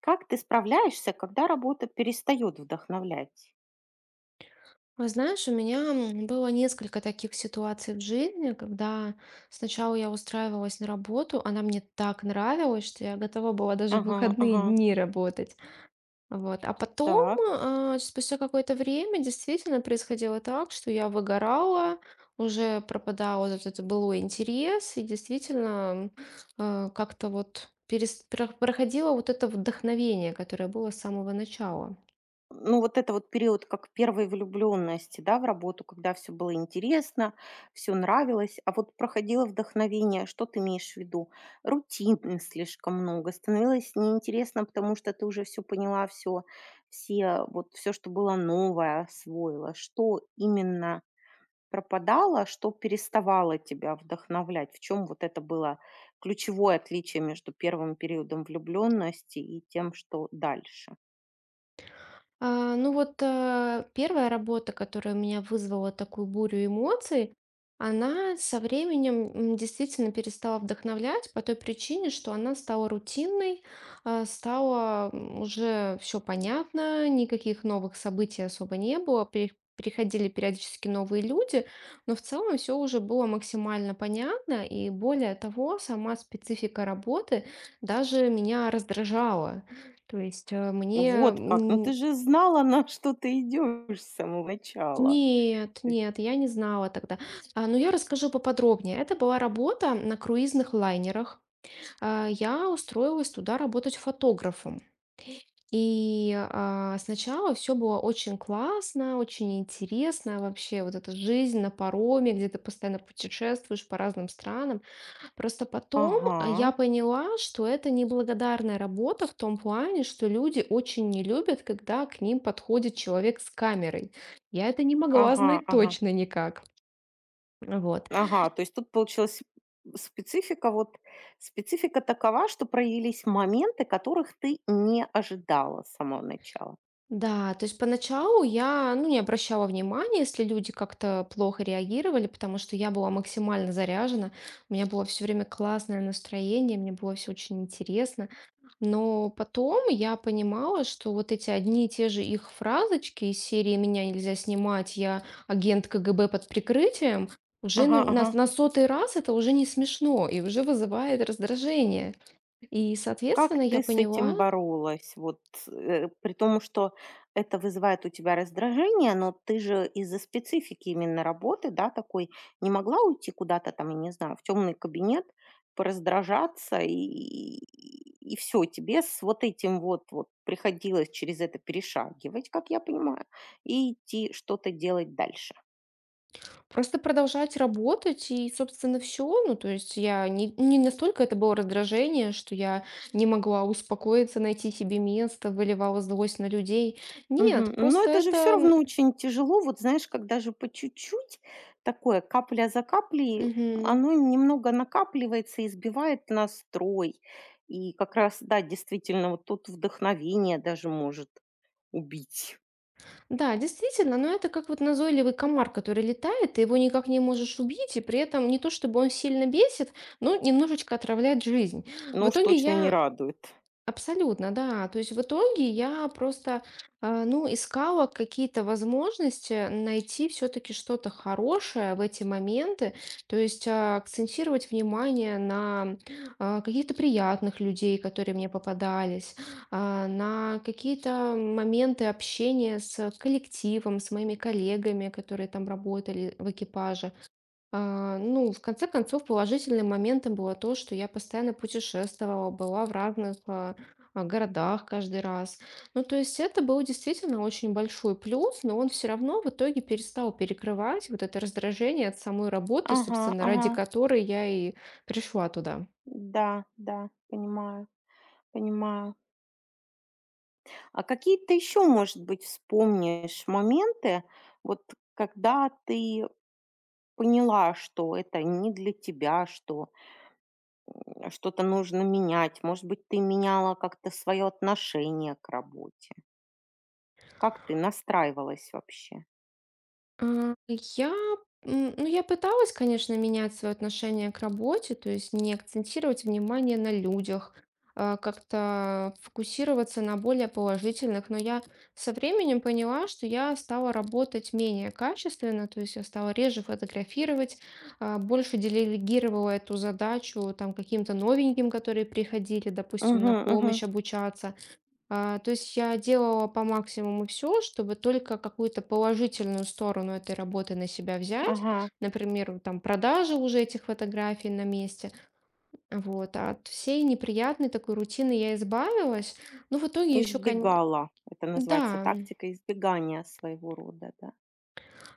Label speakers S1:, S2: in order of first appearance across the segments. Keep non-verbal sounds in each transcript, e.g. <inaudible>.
S1: Как ты справляешься, когда работа перестает вдохновлять?
S2: Вы знаешь, у меня было несколько таких ситуаций в жизни, когда сначала я устраивалась на работу, она мне так нравилась, что я готова была даже в
S1: Ага,
S2: выходные
S1: ага,
S2: дни работать. Вот. А потом,
S1: так.
S2: спустя какое-то время, действительно происходило так, что я выгорала, уже пропадал вот этот былой интерес, и действительно как-то вот проходило вот это вдохновение, которое было с самого начала.
S1: Ну, вот это вот период как первой влюбленности, да, в работу, когда все было интересно, все нравилось, а вот проходило вдохновение, что ты имеешь в виду? Рутины слишком много, становилось неинтересно, потому что ты уже все поняла, все, все, вот все, что было новое, освоила. Что именно пропадало, что переставало тебя вдохновлять? В чем вот это было ключевое отличие между первым периодом влюблённости и тем, что дальше?
S2: Ну вот, одна работа, которая у меня вызвала такую бурю эмоций, она со временем, действительно перестала вдохновлять по той причине, что она стала рутинной, стало, уже все понятно, никаких новых событий особо не было, перех приходили периодически новые люди, но в целом все уже было максимально понятно. И более того, сама специфика работы даже меня раздражала. То есть, мне,
S1: Вот как! Ну ты же знала, <laughs> на что ты идёшь с самого начала.
S2: нет,
S1: То есть?
S2: нет, я не знала тогда. Но я расскажу поподробнее. Это была работа на круизных лайнерах. Я устроилась туда работать фотографом. И, сначала все было очень классно, очень интересно. Вообще вот эта жизнь на пароме, где ты постоянно путешествуешь по разным странам. Просто потом,
S1: Ага,
S2: я поняла, что это неблагодарная работа в том плане, что люди очень не любят, когда к ним подходит человек с камерой. Я это не могла
S1: ага,
S2: знать
S1: ага,
S2: точно никак. Вот.
S1: ага. То есть тут получилось, специфика вот специфика такова, что проявились моменты, которых ты не ожидала с самого начала.
S2: Да, то есть поначалу я, ну, не обращала внимания, если люди как-то плохо реагировали, потому что я была максимально заряжена, у меня было все время классное настроение, мне было все очень интересно. Но потом я понимала, что вот эти одни и те же их фразочки из серии «Меня нельзя снимать, я агент КГБ под прикрытием» уже
S1: Ага,
S2: ну,
S1: ага.
S2: на сотый раз это уже не смешно и уже вызывает раздражение. И,
S1: Как
S2: соответственно, я
S1: ты с этим
S2: поняла,
S1: боролась? Вот, при том, что это вызывает у тебя раздражение, но ты же из-за специфики именно работы, да, такой, не могла уйти куда-то там, я не знаю, в темный кабинет, пораздражаться и, все, тебе с вот этим вот приходилось через это перешагивать, как я понимаю, и идти что-то делать дальше.
S2: просто продолжать работать и, собственно, все. Ну, то есть я не настолько это было раздражение, что я не могла успокоиться, найти себе место, выливала злость на людей.
S1: Мгм.
S2: Нет,
S1: Но
S2: просто
S1: это же все
S2: это...
S1: равно очень тяжело. Вот знаешь, когда же по чуть-чуть, такое капля за каплей,
S2: мгм,
S1: оно немного накапливается и сбивает настрой. И как раз, да, действительно, вот тут вдохновение даже может убить.
S2: Да, действительно, но это как вот назойливый комар, который летает, ты его никак не можешь убить, и при этом не то чтобы он сильно бесит, но немножечко отравляет жизнь.
S1: Но
S2: В
S1: уж
S2: итоге
S1: точно не
S2: я
S1: радует.
S2: Абсолютно, да. То есть в итоге я просто, ну, искала какие-то возможности найти все-таки что-то хорошее в эти моменты, то есть акцентировать внимание на каких-то приятных людей, которые мне попадались, на какие-то моменты общения с коллективом, с моими коллегами, которые там работали в экипаже. Ну, в конце концов, положительным моментом было то, что я постоянно путешествовала, была в разных городах каждый раз. Ну, то есть это был действительно очень большой плюс, но он все равно в итоге перестал перекрывать вот это раздражение от самой работы,
S1: Ага,
S2: собственно, ради
S1: ага.
S2: которой я и пришла туда.
S1: Да, да, понимаю, понимаю. А какие ты еще, может быть, вспомнишь моменты, вот когда ты поняла, что это не для тебя, что? А что-то нужно менять. Может быть, ты меняла как-то свое отношение к работе? Как ты настраивалась вообще?
S2: А, я, ну, я пыталась, конечно, менять свое отношение к работе, то есть не акцентировать внимание на людях, как-то фокусироваться на более положительных, но я со временем поняла, что я стала работать менее качественно, то есть я стала реже фотографировать, больше делегировала эту задачу там каким-то новеньким, которые приходили, допустим, на
S1: Мгм, мгм.
S2: помощь обучаться. То есть я делала по максимуму все, чтобы только какую-то положительную сторону этой работы на себя взять.
S1: Ага.
S2: Например, вот там продажи уже этих фотографий на месте. Вот. А от всей неприятной такой рутины я избавилась. Но в итоге еще,
S1: Избегала. Это называется
S2: да.
S1: тактика избегания своего рода, да.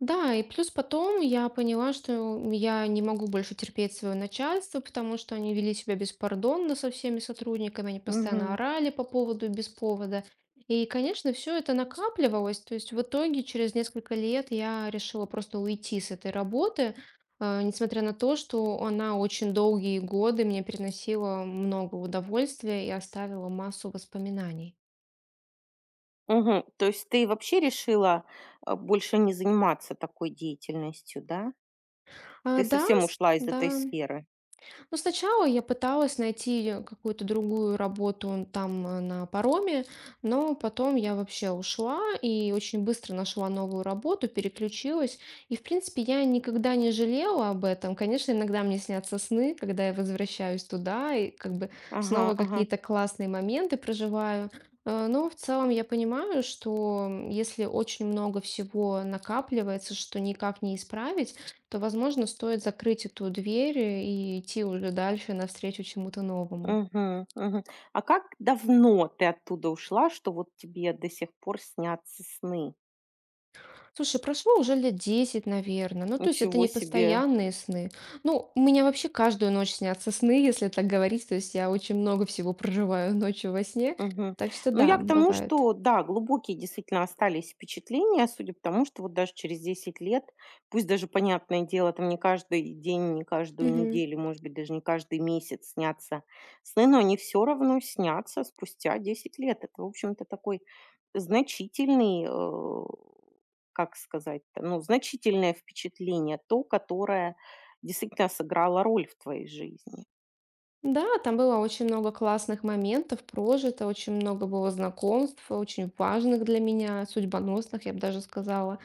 S2: Да, и плюс потом я поняла, что я не могу больше терпеть свое начальство, потому что они вели себя беспардонно со всеми сотрудниками, они постоянно
S1: Мгм.
S2: орали по поводу и без повода. И, конечно, все это накапливалось. То есть в итоге через несколько лет я решила просто уйти с этой работы, несмотря на то, что она очень долгие годы мне приносила много удовольствия и оставила массу воспоминаний.
S1: Мгм. То есть ты вообще решила больше не заниматься такой деятельностью, да? Ты
S2: Да,
S1: совсем ушла из этой
S2: да.
S1: сферы.
S2: Ну, сначала я пыталась найти какую-то другую работу там на пароме, но потом я вообще ушла и очень быстро нашла новую работу, переключилась. И, в принципе, я никогда не жалела об этом. Конечно, иногда мне снятся сны, когда я возвращаюсь туда и как бы
S1: Ага,
S2: снова
S1: ага.
S2: какие-то классные моменты проживаю. Но в целом я понимаю, что если очень много всего накапливается, что никак не исправить, то, возможно, стоит закрыть эту дверь и идти уже дальше навстречу чему-то новому.
S1: Мгм, мгм. А как давно ты оттуда ушла, что вот тебе до сих пор снятся сны?
S2: Слушай, прошло уже лет 10, наверное. Ну, то есть это
S1: Ничего
S2: не
S1: себе.
S2: постоянные сны. Ну, у меня вообще каждую ночь снятся сны, если так говорить. То есть я очень много всего проживаю ночью во сне.
S1: Мгм.
S2: Так что
S1: Ну,
S2: да,
S1: я к тому,
S2: бывает.
S1: что да, глубокие действительно остались впечатления, судя по тому, что вот даже через 10 лет, пусть даже, понятное дело, там не каждый день, не каждую
S2: Мгм.
S1: неделю, может быть, даже не каждый месяц снятся сны, но они все равно снятся спустя 10 лет. Это, в общем-то, такой значительный, как сказать-то, ну, значительное впечатление, то, которое действительно сыграло роль в твоей жизни.
S2: Да, там было очень много классных моментов прожито, очень много было знакомств, очень важных для меня, судьбоносных, я бы даже сказала.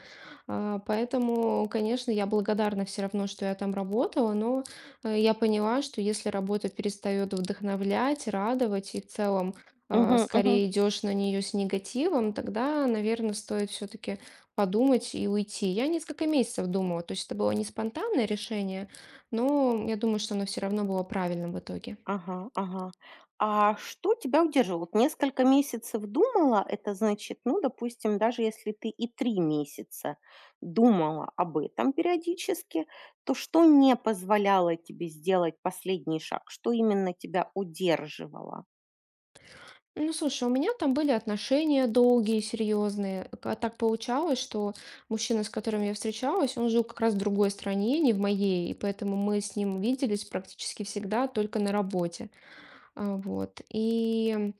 S2: Поэтому, конечно, я благодарна все равно, что я там работала, но я поняла, что если работа перестает вдохновлять, радовать и в целом
S1: Мгм, мгм.
S2: скорее идешь на нее с негативом, тогда, наверное, стоит все-таки подумать и уйти. Я несколько месяцев думала, то есть это было не спонтанное решение, но я думаю, что оно все равно было правильным в итоге.
S1: Ага, ага. А что тебя удерживало? Вот несколько месяцев думала, это значит, ну, допустим, даже если ты и 3 месяца думала об этом периодически, то что не позволяло тебе сделать последний шаг? Что именно тебя удерживало?
S2: Ну, слушай, у меня там были отношения долгие, серьезные. Так получалось, что мужчина, с которым я встречалась, он жил как раз в другой стране, не в моей, и поэтому мы с ним виделись практически всегда только на работе. Вот. И,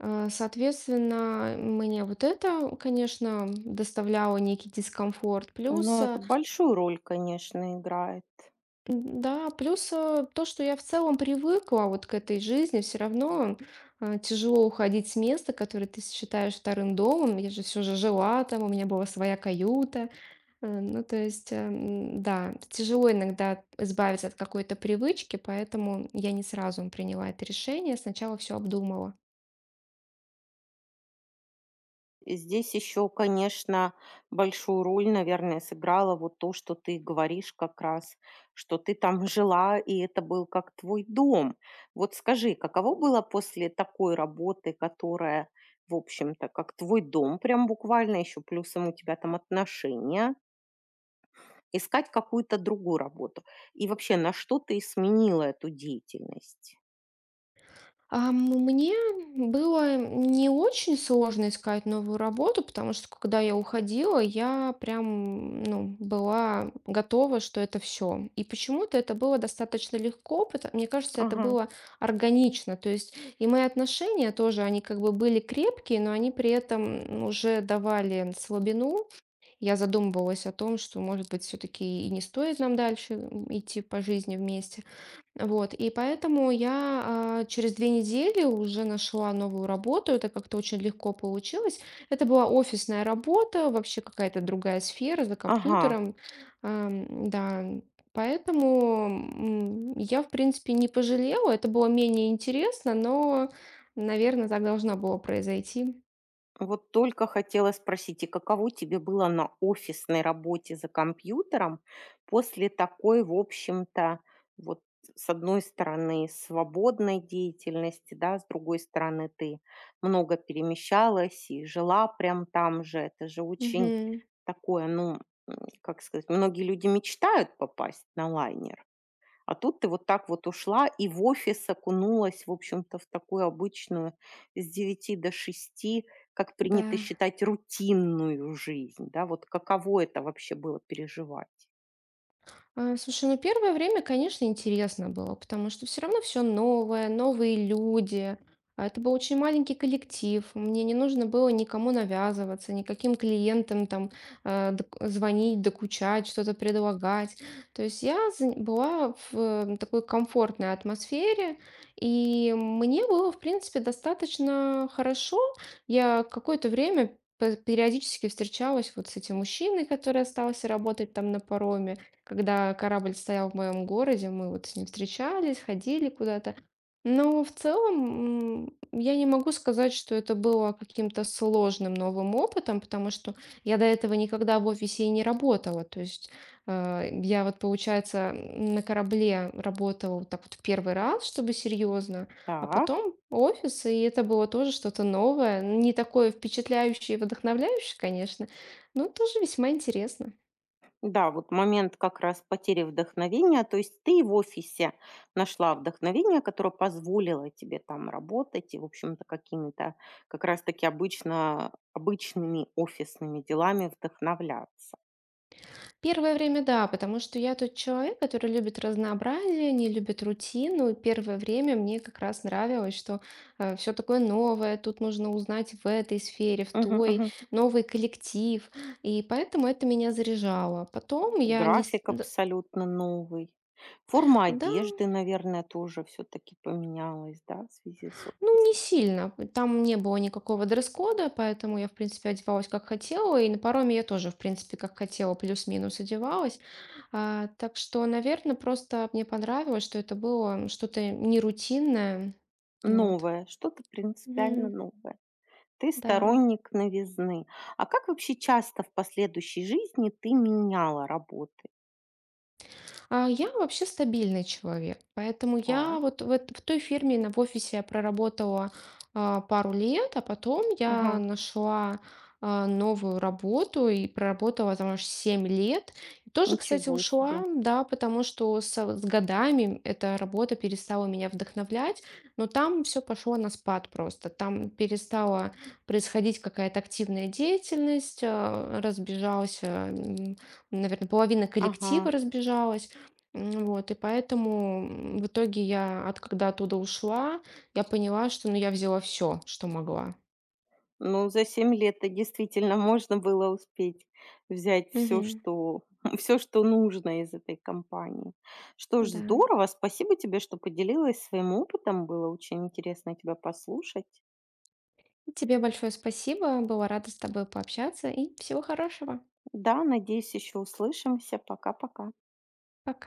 S2: э, соответственно, мне вот это, конечно, доставляло некий дискомфорт. Плюс
S1: Ну, это большую роль, конечно, играет.
S2: Да, плюс, то, что я в целом привыкла вот к этой жизни, все равно, тяжело уходить с места, которое ты считаешь вторым домом. Я же все же жила там, у меня была своя каюта. Ну, то есть, да, тяжело иногда избавиться от какой-то привычки, поэтому я не сразу приняла это решение, сначала все обдумала.
S1: И здесь еще, конечно, большую роль, наверное, сыграло вот то, что ты говоришь как раз, что ты там жила, и это был как твой дом. Вот скажи, каково было после такой работы, которая, в общем-то, как твой дом, прям буквально еще плюсом у тебя там отношения, искать какую-то другую работу? И вообще, на что ты сменила эту деятельность?
S2: А, м, мне было не очень сложно искать новую работу, потому что когда я уходила, я прям, ну, была готова, что это все. И почему-то это было достаточно легко, потому, мне кажется, это
S1: Ага.
S2: было органично. То есть и мои отношения тоже, они как бы были крепкие, но они при этом уже давали слабину. Я задумывалась о том, что, может быть, все-таки и не стоит нам дальше идти по жизни вместе. Вот, и поэтому я, через 2 недели уже нашла новую работу. Это как-то очень легко получилось. Это была офисная работа, вообще какая-то другая сфера за
S1: Ага.
S2: компьютером. Да, поэтому, я, в принципе, не пожалела. Это было менее интересно, но, наверное, так должно было произойти.
S1: Вот только хотела спросить, и каково тебе было на офисной работе за компьютером после такой, в общем-то, вот с одной стороны, свободной деятельности, да, с другой стороны, ты много перемещалась и жила прям там же. Это же очень
S2: Мгм.
S1: такое, ну, м, как сказать, многие люди мечтают попасть на лайнер. А тут ты вот так вот ушла и в офис окунулась, в общем-то, в такую обычную с девяти до шести, как принято
S2: Да.
S1: считать, рутинную жизнь, да, вот каково это вообще было переживать?
S2: Слушай, ну первое время, конечно, интересно было, потому что все равно все новое, новые люди. А Это был очень маленький коллектив. Мне не нужно было никому навязываться, никаким клиентам там звонить, докучать, что-то предлагать. То есть я была в такой комфортной атмосфере, и мне было, в принципе, достаточно хорошо. Я какое-то время периодически встречалась вот с этим мужчиной, который остался работать там на пароме. Когда корабль стоял в моем городе, мы вот с ним встречались, ходили куда-то. Но в целом я не могу сказать, что это было каким-то сложным новым опытом, потому что я до этого никогда в офисе и не работала. То есть я вот, получается, на корабле работала вот так вот в первый раз, чтобы серьезно, а
S1: Так,
S2: потом офис, и это было тоже что-то новое, не такое впечатляющее и вдохновляющее, конечно, но тоже весьма интересно.
S1: да, вот момент как раз потери вдохновения, то есть ты в офисе нашла вдохновение, которое позволило тебе там работать и, в общем-то, какими-то как раз-таки обычно обычными офисными делами вдохновляться.
S2: Первое время, да, потому что я тот человек, который любит разнообразие, не любит рутину. И первое время мне как раз нравилось, что все такое новое, тут нужно узнать в этой сфере, в
S1: Мгм,
S2: той,
S1: мгм.
S2: новый коллектив. И поэтому это меня заряжало. Потом я не...
S1: График абсолютно новый. Форма
S2: Да,
S1: одежды, наверное, тоже все-таки поменялась, да, в связи с
S2: Ну, не
S1: офисом.
S2: сильно. Там не было никакого дресс-кода, поэтому я, в принципе, одевалась как хотела, и на пароме я тоже, в принципе, как хотела, плюс-минус одевалась. Так что, наверное, просто мне понравилось, что это было что-то нерутинное. Вот.
S1: Новое, что-то принципиально
S2: Мгм.
S1: новое. Ты
S2: Да.
S1: сторонник новизны. А как вообще часто в последующей жизни ты меняла работы?
S2: Я вообще стабильный человек, поэтому я
S1: Так,
S2: вот в той фирме, в офисе я проработала пару лет, а потом я
S1: ага,
S2: нашла новую работу и проработала там аж 7 лет. И тоже, кстати,
S1: ничего себе.
S2: ушла, да, потому что с годами эта работа перестала меня вдохновлять, но там все пошло на спад просто. Там перестала происходить какая-то активная деятельность, разбежался, наверное, половина
S1: Ага.
S2: коллектива разбежалась. Вот, и поэтому, в итоге я от когда оттуда ушла, я поняла, что, ну, я взяла все, что могла.
S1: Ну, за 7 лет-то действительно можно было успеть взять все
S2: Мгм.
S1: что <laughs> все что нужно из этой компании. Что ж,
S2: Да.
S1: здорово. Спасибо тебе, что поделилась своим опытом. Было очень интересно тебя послушать.
S2: Тебе большое спасибо. Была рада с тобой пообщаться и всего хорошего.
S1: Да, надеюсь, еще услышимся. Пока-пока.
S2: Пока.